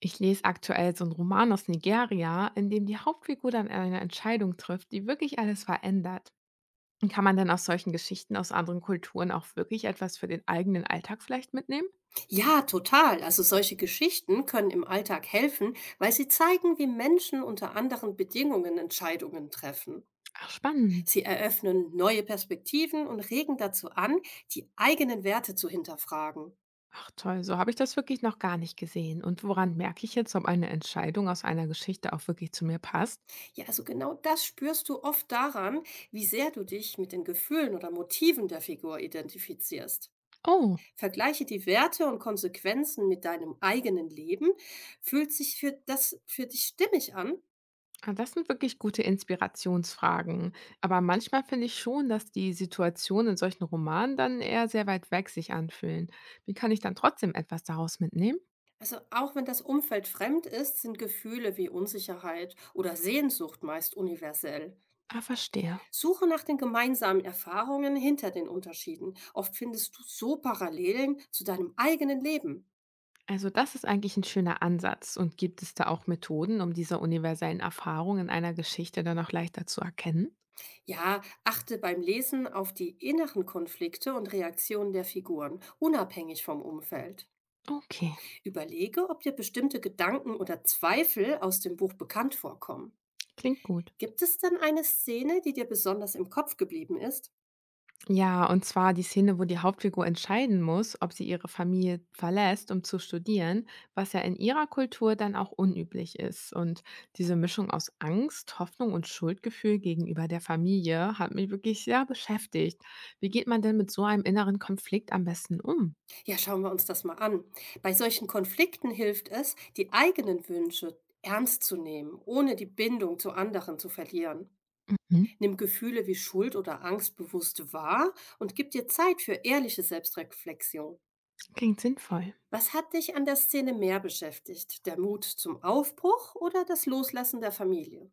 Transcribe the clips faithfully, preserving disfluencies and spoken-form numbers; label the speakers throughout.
Speaker 1: Ich lese aktuell so einen Roman aus Nigeria, in dem die Hauptfigur dann eine Entscheidung trifft, die wirklich alles verändert. Und Kann man dann aus solchen Geschichten aus anderen Kulturen auch wirklich etwas für den eigenen Alltag vielleicht mitnehmen?
Speaker 2: Ja, total. Also solche Geschichten können im Alltag helfen, weil sie zeigen, wie Menschen unter anderen Bedingungen Entscheidungen treffen.
Speaker 1: Ach, spannend.
Speaker 2: Sie eröffnen neue Perspektiven und regen dazu an, die eigenen Werte zu hinterfragen.
Speaker 1: Ach toll, so habe ich das wirklich noch gar nicht gesehen. Und woran merke ich jetzt, ob eine Entscheidung aus einer Geschichte auch wirklich zu mir passt?
Speaker 2: Ja, also genau das spürst du oft daran, wie sehr du dich mit den Gefühlen oder Motiven der Figur identifizierst.
Speaker 1: Oh.
Speaker 2: Vergleiche die Werte und Konsequenzen mit deinem eigenen Leben. Fühlt sich für das für dich stimmig an?
Speaker 1: Ah, das sind wirklich gute Inspirationsfragen. Aber manchmal finde ich schon, dass die Situationen in solchen Romanen dann eher sehr weit weg sich anfühlen. Wie kann ich dann trotzdem etwas daraus mitnehmen?
Speaker 2: Also auch wenn das Umfeld fremd ist, sind Gefühle wie Unsicherheit oder Sehnsucht meist universell.
Speaker 1: Ah, verstehe.
Speaker 2: Suche nach den gemeinsamen Erfahrungen hinter den Unterschieden. Oft findest du so Parallelen zu deinem eigenen Leben.
Speaker 1: Also das ist eigentlich ein schöner Ansatz. Und gibt es da auch Methoden, um diese universellen Erfahrungen in einer Geschichte dann auch leichter zu erkennen?
Speaker 2: Ja, achte beim Lesen auf die inneren Konflikte und Reaktionen der Figuren, unabhängig vom Umfeld.
Speaker 1: Okay,
Speaker 2: Überlege, ob dir bestimmte Gedanken oder Zweifel aus dem Buch bekannt vorkommen.
Speaker 1: klingt gut.
Speaker 2: Gibt es denn eine Szene, die dir besonders im Kopf geblieben ist?
Speaker 1: Ja, und zwar die Szene, wo die Hauptfigur entscheiden muss, ob sie ihre Familie verlässt, um zu studieren, was ja in ihrer Kultur dann auch unüblich ist. Und diese Mischung aus Angst, Hoffnung und Schuldgefühl gegenüber der Familie hat mich wirklich sehr beschäftigt. Wie geht man denn mit so einem inneren Konflikt am besten um?
Speaker 2: Ja, schauen wir uns das mal an. Bei solchen Konflikten hilft es, die eigenen Wünsche ernst zu nehmen, ohne die Bindung zu anderen zu verlieren.
Speaker 1: Hm?
Speaker 2: Nimm Gefühle wie Schuld oder Angst bewusst wahr und gib dir Zeit für ehrliche Selbstreflexion.
Speaker 1: Klingt sinnvoll.
Speaker 2: Was hat dich an der Szene mehr beschäftigt? Der Mut zum Aufbruch oder das Loslassen der Familie?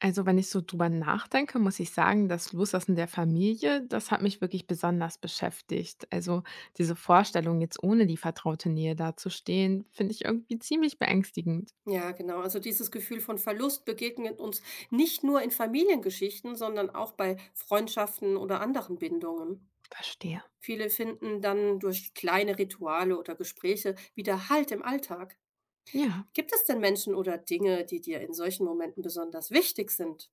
Speaker 1: Also, wenn ich so drüber nachdenke, muss ich sagen, das Loslassen der Familie, das hat mich wirklich besonders beschäftigt. Also, diese Vorstellung, jetzt ohne die vertraute Nähe dazustehen, finde ich irgendwie ziemlich beängstigend.
Speaker 2: Ja, genau. Also dieses Gefühl von Verlust begegnet uns nicht nur in Familiengeschichten, sondern auch bei Freundschaften oder anderen Bindungen.
Speaker 1: Verstehe.
Speaker 2: Viele finden dann durch kleine Rituale oder Gespräche wieder Halt im Alltag.
Speaker 1: Ja.
Speaker 2: Gibt es denn Menschen oder Dinge, die dir in solchen Momenten besonders wichtig sind?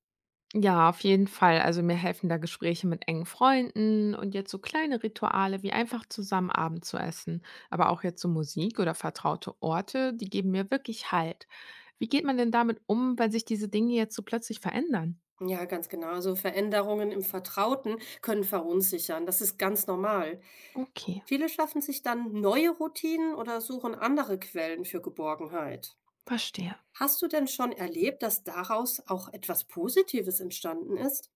Speaker 1: Ja, auf jeden Fall. Also mir helfen da Gespräche mit engen Freunden und jetzt so kleine Rituale wie einfach zusammen Abend zu essen. Aber auch jetzt so Musik oder vertraute Orte, die geben mir wirklich Halt. Wie geht man denn damit um, wenn sich diese Dinge jetzt so plötzlich verändern?
Speaker 2: Ja, ganz genau. Also Veränderungen im Vertrauten können verunsichern. Das ist ganz normal.
Speaker 1: Okay,
Speaker 2: Viele schaffen sich dann neue Routinen oder suchen andere Quellen für Geborgenheit.
Speaker 1: verstehe.
Speaker 2: Hast du denn schon erlebt, dass daraus auch etwas Positives entstanden ist?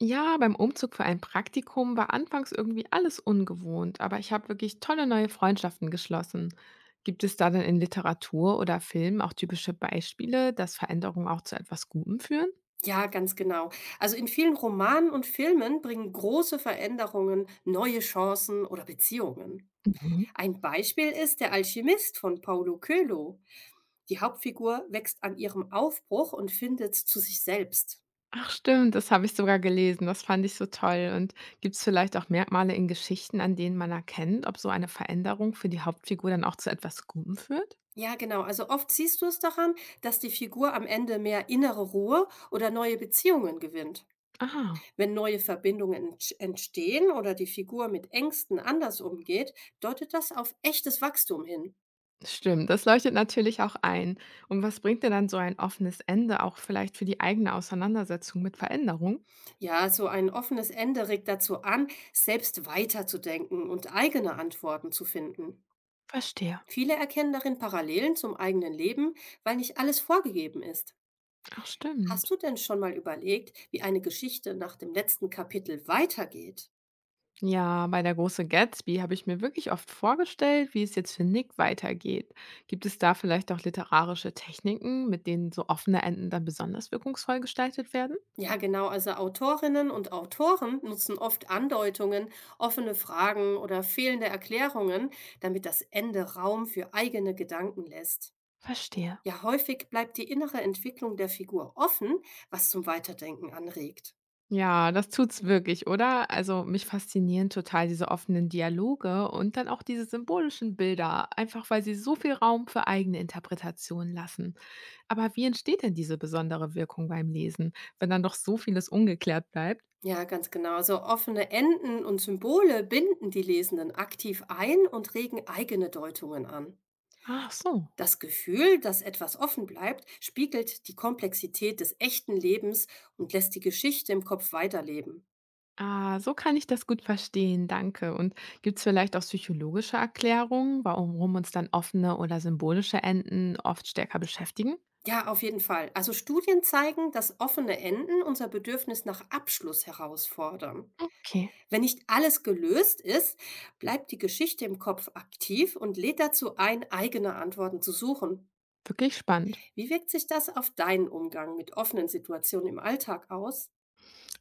Speaker 1: Ja, beim Umzug für ein Praktikum war anfangs irgendwie alles ungewohnt, aber ich habe wirklich tolle neue Freundschaften geschlossen. Gibt es da denn in Literatur oder Film auch typische Beispiele, dass Veränderungen auch zu etwas Gutem führen?
Speaker 2: Ja, ganz genau. Also in vielen Romanen und Filmen bringen große Veränderungen neue Chancen oder Beziehungen.
Speaker 1: Mhm.
Speaker 2: Ein Beispiel ist Der Alchemist von Paulo Coelho. Die Hauptfigur wächst an ihrem Aufbruch und findet zu sich selbst.
Speaker 1: Ach stimmt, das habe ich sogar gelesen, das fand ich so toll. Und gibt es vielleicht auch Merkmale in Geschichten, an denen man erkennt, ob so eine Veränderung für die Hauptfigur dann auch zu etwas Gutem führt?
Speaker 2: Ja, genau. Also oft siehst du es daran, dass die Figur am Ende mehr innere Ruhe oder neue Beziehungen gewinnt.
Speaker 1: Aha.
Speaker 2: Wenn neue Verbindungen entsch- entstehen oder die Figur mit Ängsten anders umgeht, deutet das auf echtes Wachstum hin.
Speaker 1: Stimmt, das leuchtet natürlich auch ein. Und was bringt dir dann so ein offenes Ende auch vielleicht für die eigene Auseinandersetzung mit Veränderung?
Speaker 2: Ja, so ein offenes Ende regt dazu an, selbst weiterzudenken und eigene Antworten zu finden.
Speaker 1: Verstehe.
Speaker 2: Viele erkennen darin Parallelen zum eigenen Leben, weil nicht alles vorgegeben ist.
Speaker 1: Ach,
Speaker 2: Hast
Speaker 1: stimmt.
Speaker 2: du denn schon mal überlegt, wie eine Geschichte nach dem letzten Kapitel weitergeht?
Speaker 1: Ja, bei der große Gatsby habe ich mir wirklich oft vorgestellt, wie es jetzt für Nick weitergeht. Gibt es da vielleicht auch literarische Techniken, mit denen so offene Enden dann besonders wirkungsvoll gestaltet werden?
Speaker 2: Ja, genau, also Autorinnen und Autoren nutzen oft Andeutungen, offene Fragen oder fehlende Erklärungen, damit das Ende Raum für eigene Gedanken lässt.
Speaker 1: Verstehe.
Speaker 2: Ja, häufig bleibt die innere Entwicklung der Figur offen, was zum Weiterdenken anregt.
Speaker 1: Ja, das tut's wirklich, oder? Also, mich faszinieren total diese offenen Dialoge und dann auch diese symbolischen Bilder, einfach weil sie so viel Raum für eigene Interpretationen lassen. Aber wie entsteht denn diese besondere Wirkung beim Lesen, wenn dann doch so vieles ungeklärt bleibt?
Speaker 2: Ja, ganz genau. So offene Enden und Symbole binden die Lesenden aktiv ein und regen eigene Deutungen an.
Speaker 1: Ach so.
Speaker 2: Das Gefühl, dass etwas offen bleibt, spiegelt die Komplexität des echten Lebens und lässt die Geschichte im Kopf weiterleben.
Speaker 1: Ah, so kann ich das gut verstehen, danke. Und gibt's vielleicht auch psychologische Erklärungen, warum uns dann offene oder symbolische Enden oft stärker beschäftigen?
Speaker 2: Ja, auf jeden Fall. Also Studien zeigen, dass offene Enden unser Bedürfnis nach Abschluss herausfordern.
Speaker 1: Okay,
Speaker 2: Wenn nicht alles gelöst ist, bleibt die Geschichte im Kopf aktiv und lädt dazu ein, eigene Antworten zu suchen.
Speaker 1: wirklich spannend.
Speaker 2: Wie wirkt sich das auf deinen Umgang mit offenen Situationen im Alltag aus?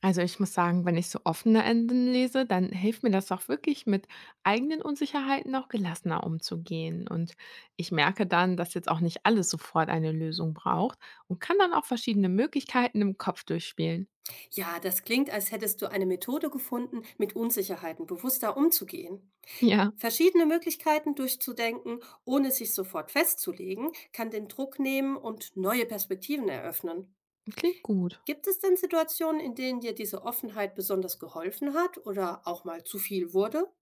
Speaker 1: Also ich muss sagen, wenn ich so offene Enden lese, dann hilft mir das auch wirklich, mit eigenen Unsicherheiten auch gelassener umzugehen. Und ich merke dann, dass jetzt auch nicht alles sofort eine Lösung braucht und kann dann auch verschiedene Möglichkeiten im Kopf durchspielen.
Speaker 2: Ja, das klingt, als hättest du eine Methode gefunden, mit Unsicherheiten bewusster umzugehen.
Speaker 1: Ja,
Speaker 2: Verschiedene Möglichkeiten durchzudenken, ohne sich sofort festzulegen, kann den Druck nehmen und neue Perspektiven eröffnen.
Speaker 1: klingt gut.
Speaker 2: Gibt es denn Situationen, in denen dir diese Offenheit besonders geholfen hat oder auch mal zu viel wurde?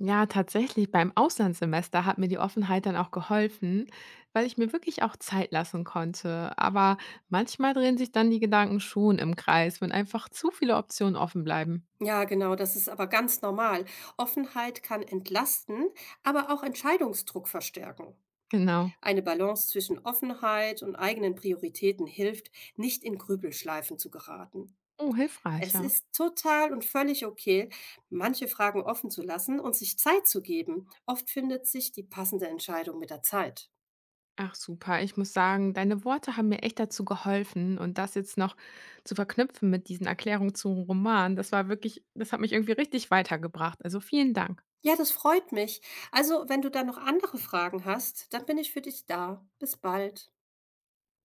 Speaker 1: Ja, tatsächlich, beim Auslandssemester hat mir die Offenheit dann auch geholfen, weil ich mir wirklich auch Zeit lassen konnte. Aber manchmal drehen sich dann die Gedanken schon im Kreis, wenn einfach zu viele Optionen offen bleiben.
Speaker 2: Ja, genau, das ist aber ganz normal. Offenheit kann entlasten, aber auch Entscheidungsdruck verstärken.
Speaker 1: Genau.
Speaker 2: Eine Balance zwischen Offenheit und eigenen Prioritäten hilft, nicht in Grübelschleifen zu geraten.
Speaker 1: Oh,
Speaker 2: Es
Speaker 1: hilfreicher.
Speaker 2: ist total und völlig okay, manche Fragen offen zu lassen und sich Zeit zu geben. Oft findet sich die passende Entscheidung mit der Zeit.
Speaker 1: Ach super, ich muss sagen, deine Worte haben mir echt dazu geholfen und das jetzt noch zu verknüpfen mit diesen Erklärungen zum Roman, das war wirklich das hat mich irgendwie richtig weitergebracht. Also, vielen Dank.
Speaker 2: Ja, das freut mich. Also, wenn du dann noch andere Fragen hast, dann bin ich für dich da. Bis bald.